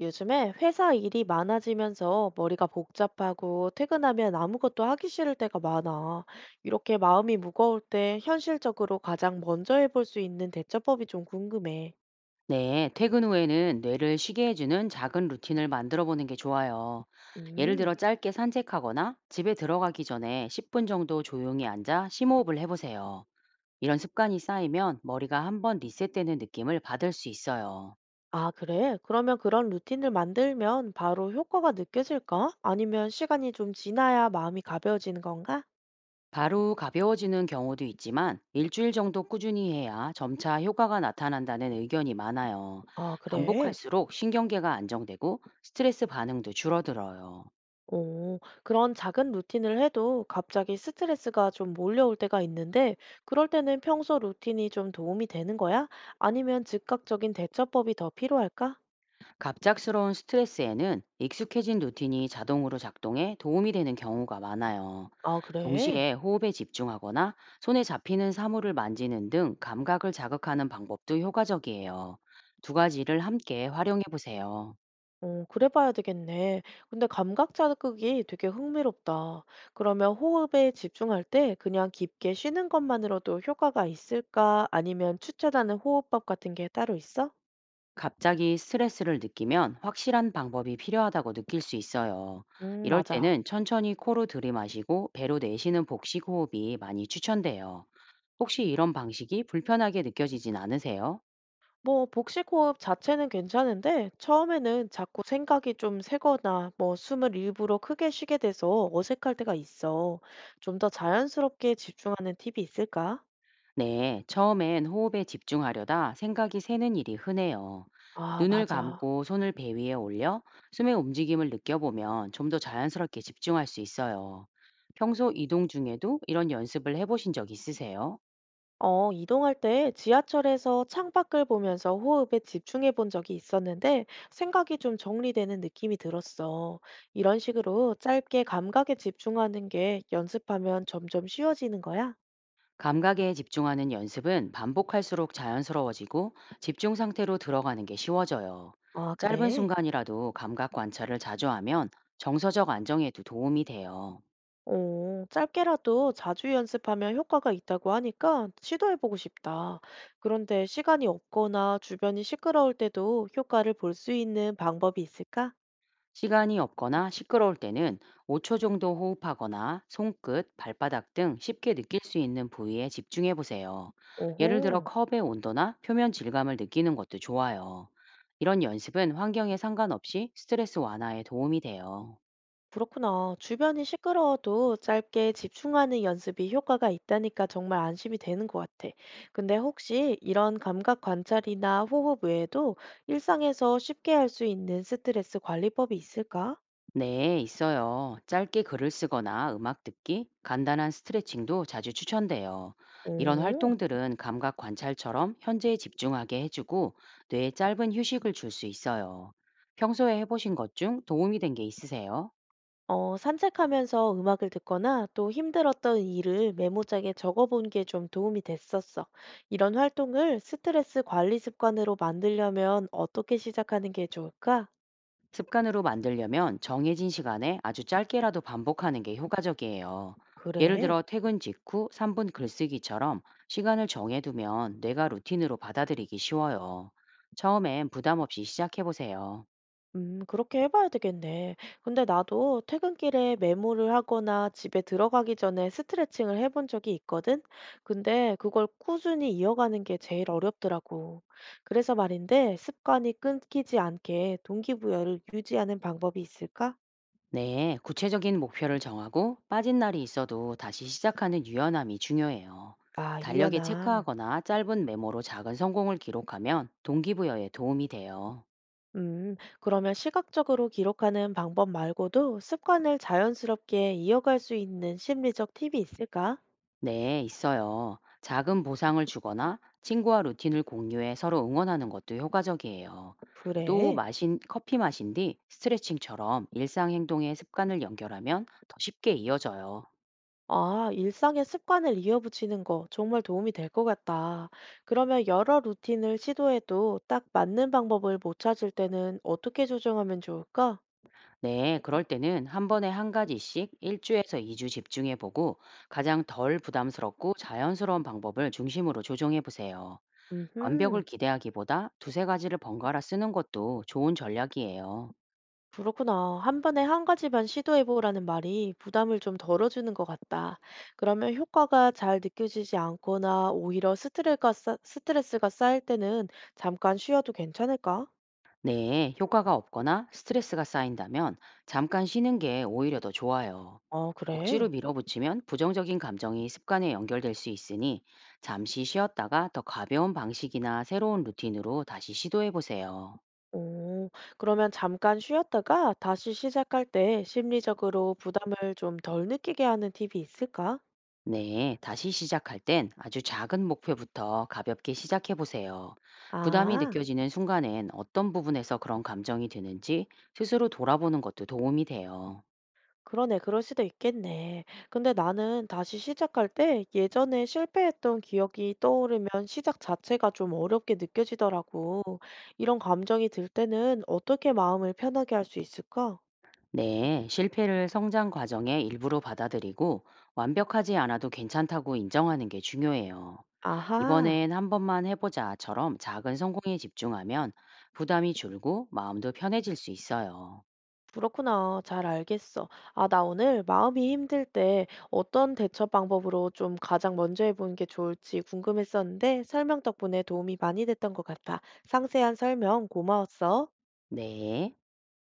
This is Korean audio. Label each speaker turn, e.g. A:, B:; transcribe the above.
A: 요즘에 회사 일이 많아지면서 머리가 복잡하고 퇴근하면 아무것도 하기 싫을 때가 많아. 이렇게 마음이 무거울 때 현실적으로 가장 먼저 해볼 수 있는 대처법이 좀 궁금해.
B: 네, 퇴근 후에는 뇌를 쉬게 해주는 작은 루틴을 만들어 보는 게 좋아요. 예를
A: 음,
B: 들어 짧게 산책하거나 집에 들어가기 전에 10분 정도 조용히 앉아 심호흡을 해보세요. 이런 습관이 쌓이면 머리가 한번 리셋되는 느낌을 받을 수 있어요.
A: 아, 그래? 그러면 그런 루틴을 만들면 바로 효과가 느껴질까? 아니면 시간이 좀 지나야 마음이 가벼워지는 건가?
B: 바로 가벼워지는 경우도 있지만 일주일 정도 꾸준히 해야 점차 효과가 나타난다는 의견이 많아요.
A: 아, 그래?
B: 반복할수록 신경계가 안정되고 스트레스 반응도 줄어들어요.
A: 오, 그런 작은 루틴을 해도 갑자기 스트레스가 좀 몰려올 때가 있는데, 그럴 때는 평소 루틴이 좀 도움이 되는 거야? 아니면 즉각적인 대처법이 더 필요할까?
B: 갑작스러운 스트레스에는 익숙해진 루틴이 자동으로 작동해 도움이 되는 경우가 많아요.
A: 아, 그래?
B: 동시에 호흡에 집중하거나 손에 잡히는 사물을 만지는 등 감각을 자극하는 방법도 효과적이에요. 두 가지를 함께 활용해 보세요.
A: 어, 그래 봐야 되겠네. 근데 감각 자극이 되게 흥미롭다. 그러면 호흡에 집중할 때 그냥 깊게 쉬는 것만으로도 효과가 있을까? 아니면 추천하는 호흡법 같은 게 따로 있어?
B: 갑자기 스트레스를 느끼면 확실한 방법이 필요하다고 느낄 수 있어요. 이럴
A: 맞아.
B: 때는 천천히 코로 들이마시고 배로 내쉬는 복식 호흡이 많이 추천돼요. 혹시 이런 방식이 불편하게 느껴지진 않으세요?
A: 뭐 복식호흡 자체는 괜찮은데 처음에는 자꾸 생각이 좀 새거나 뭐 숨을 일부러 크게 쉬게 돼서 어색할 때가 있어. 좀 더 자연스럽게 집중하는 팁이 있을까?
B: 네, 처음엔 호흡에 집중하려다 생각이 새는 일이 흔해요.
A: 아,
B: 눈을
A: 맞아.
B: 감고 손을 배 위에 올려 숨의 움직임을 느껴보면 좀 더 자연스럽게 집중할 수 있어요. 평소 이동 중에도 이런 연습을 해보신 적 있으세요?
A: 어, 이동할 때 지하철에서 창밖을 보면서 호흡에 집중해 본 적이 있었는데 생각이 좀 정리되는 느낌이 들었어. 이런 식으로 짧게 감각에 집중하는 게 연습하면 점점 쉬워지는 거야?
B: 감각에 집중하는 연습은 반복할수록 자연스러워지고 집중 상태로 들어가는 게 쉬워져요.
A: 아,
B: 짧은
A: 그래?
B: 순간이라도 감각 관찰을 자주 하면 정서적 안정에도 도움이 돼요.
A: 어, 짧게라도 자주 연습하면 효과가 있다고 하니까 시도해보고 싶다. 그런데 시간이 없거나 주변이 시끄러울 때도 효과를 볼 수 있는 방법이 있을까?
B: 시간이 없거나 시끄러울 때는 5초 정도 호흡하거나 손끝, 발바닥 등 쉽게 느낄 수 있는 부위에 집중해 보세요. 예를 들어
A: 오호,
B: 컵의 온도나 표면 질감을 느끼는 것도 좋아요. 이런 연습은 환경에 상관없이 스트레스 완화에 도움이 돼요.
A: 그렇구나. 주변이 시끄러워도 짧게 집중하는 연습이 효과가 있다니까 정말 안심이 되는 것 같아. 근데 혹시 이런 감각 관찰이나 호흡 외에도 일상에서 쉽게 할 수 있는 스트레스 관리법이 있을까?
B: 네, 있어요. 짧게 글을 쓰거나 음악 듣기, 간단한 스트레칭도 자주 추천돼요. 이런
A: 오.
B: 활동들은 감각 관찰처럼 현재에 집중하게 해주고 뇌에 짧은 휴식을 줄 수 있어요. 평소에 해보신 것 중 도움이 된 게 있으세요?
A: 어, 산책하면서 음악을 듣거나 또 힘들었던 일을 메모장에 적어본 게 좀 도움이 됐었어. 이런 활동을 스트레스 관리 습관으로 만들려면 어떻게 시작하는 게 좋을까?
B: 습관으로 만들려면 정해진 시간에 아주 짧게라도 반복하는 게 효과적이에요. 예를
A: 그래.
B: 들어 퇴근 직후 3분 글쓰기처럼 시간을 정해두면 뇌가 루틴으로 받아들이기 쉬워요. 처음엔 부담 없이 시작해보세요.
A: 그렇게 해봐야 되겠네. 근데 나도 퇴근길에 메모를 하거나 집에 들어가기 전에 스트레칭을 해본 적이 있거든? 근데 그걸 꾸준히 이어가는 게 제일 어렵더라고. 그래서 말인데 습관이 끊기지 않게 동기부여를 유지하는 방법이 있을까?
B: 네, 구체적인 목표를 정하고 빠진 날이 있어도 다시 시작하는 유연함이 중요해요.
A: 아,
B: 달력에
A: 유연함.
B: 체크하거나 짧은 메모로 작은 성공을 기록하면 동기부여에 도움이 돼요.
A: 그러면 시각적으로 기록하는 방법 말고도 습관을 자연스럽게 이어갈 수 있는 심리적 팁이 있을까?
B: 네, 있어요. 작은 보상을 주거나 친구와 루틴을 공유해 서로 응원하는 것도 효과적이에요. 또
A: 그래.
B: 마신 커피 마신 뒤 스트레칭처럼 일상 행동에 습관을 연결하면 더 쉽게 이어져요.
A: 아, 일상의 습관을 이어붙이는 거 정말 도움이 될 것 같다. 그러면 여러 루틴을 시도해도 딱 맞는 방법을 못 찾을 때는 어떻게 조정하면 좋을까?
B: 네, 그럴 때는 한 번에 한 가지씩 1주에서 2주 집중해 보고 가장 덜 부담스럽고 자연스러운 방법을 중심으로 조정해 보세요. 완벽을
A: 음흠.
B: 기대하기보다 두세 가지를 번갈아 쓰는 것도 좋은 전략이에요.
A: 그렇구나. 한 번에 한 가지만 시도해 보라는 말이 부담을 좀 덜어주는 것 같다. 그러면 효과가 잘 느껴지지 않거나 오히려 스트레스가, 스트레스가 쌓일 때는 잠깐 쉬어도 괜찮을까?
B: 네, 효과가 없거나 스트레스가 쌓인다면 잠깐 쉬는 게 오히려 더 좋아요.
A: 어,
B: 억지로
A: 그래.
B: 밀어붙이면 부정적인 감정이 습관에 연결될 수 있으니 잠시 쉬었다가 더 가벼운 방식이나 새로운 루틴으로 다시 시도해 보세요.
A: 오, 그러면 잠깐 쉬었다가 다시 시작할 때 심리적으로 부담을 좀 덜 느끼게 하는 팁이 있을까?
B: 네, 다시 시작할 땐 아주 작은 목표부터 가볍게 시작해 보세요. 부담이
A: 아.
B: 느껴지는 순간엔 어떤 부분에서 그런 감정이 드는지 스스로 돌아보는 것도 도움이 돼요.
A: 그러네, 그럴 수도 있겠네. 근데 나는 다시 시작할 때 예전에 실패했던 기억이 떠오르면 시작 자체가 좀 어렵게 느껴지더라고. 이런 감정이 들 때는 어떻게 마음을 편하게 할 수 있을까?
B: 네, 실패를 성장 과정의 일부로 받아들이고 완벽하지 않아도 괜찮다고 인정하는 게 중요해요.
A: 아하,
B: 이번엔 한 번만 해보자처럼 작은 성공에 집중하면 부담이 줄고 마음도 편해질 수 있어요.
A: 그렇구나. 잘 알겠어. 아, 나 오늘 마음이 힘들 때 어떤 대처 방법으로 좀 가장 먼저 해보는 게 좋을지 궁금했었는데 설명 덕분에 도움이 많이 됐던 것 같아. 상세한 설명 고마웠어.
B: 네.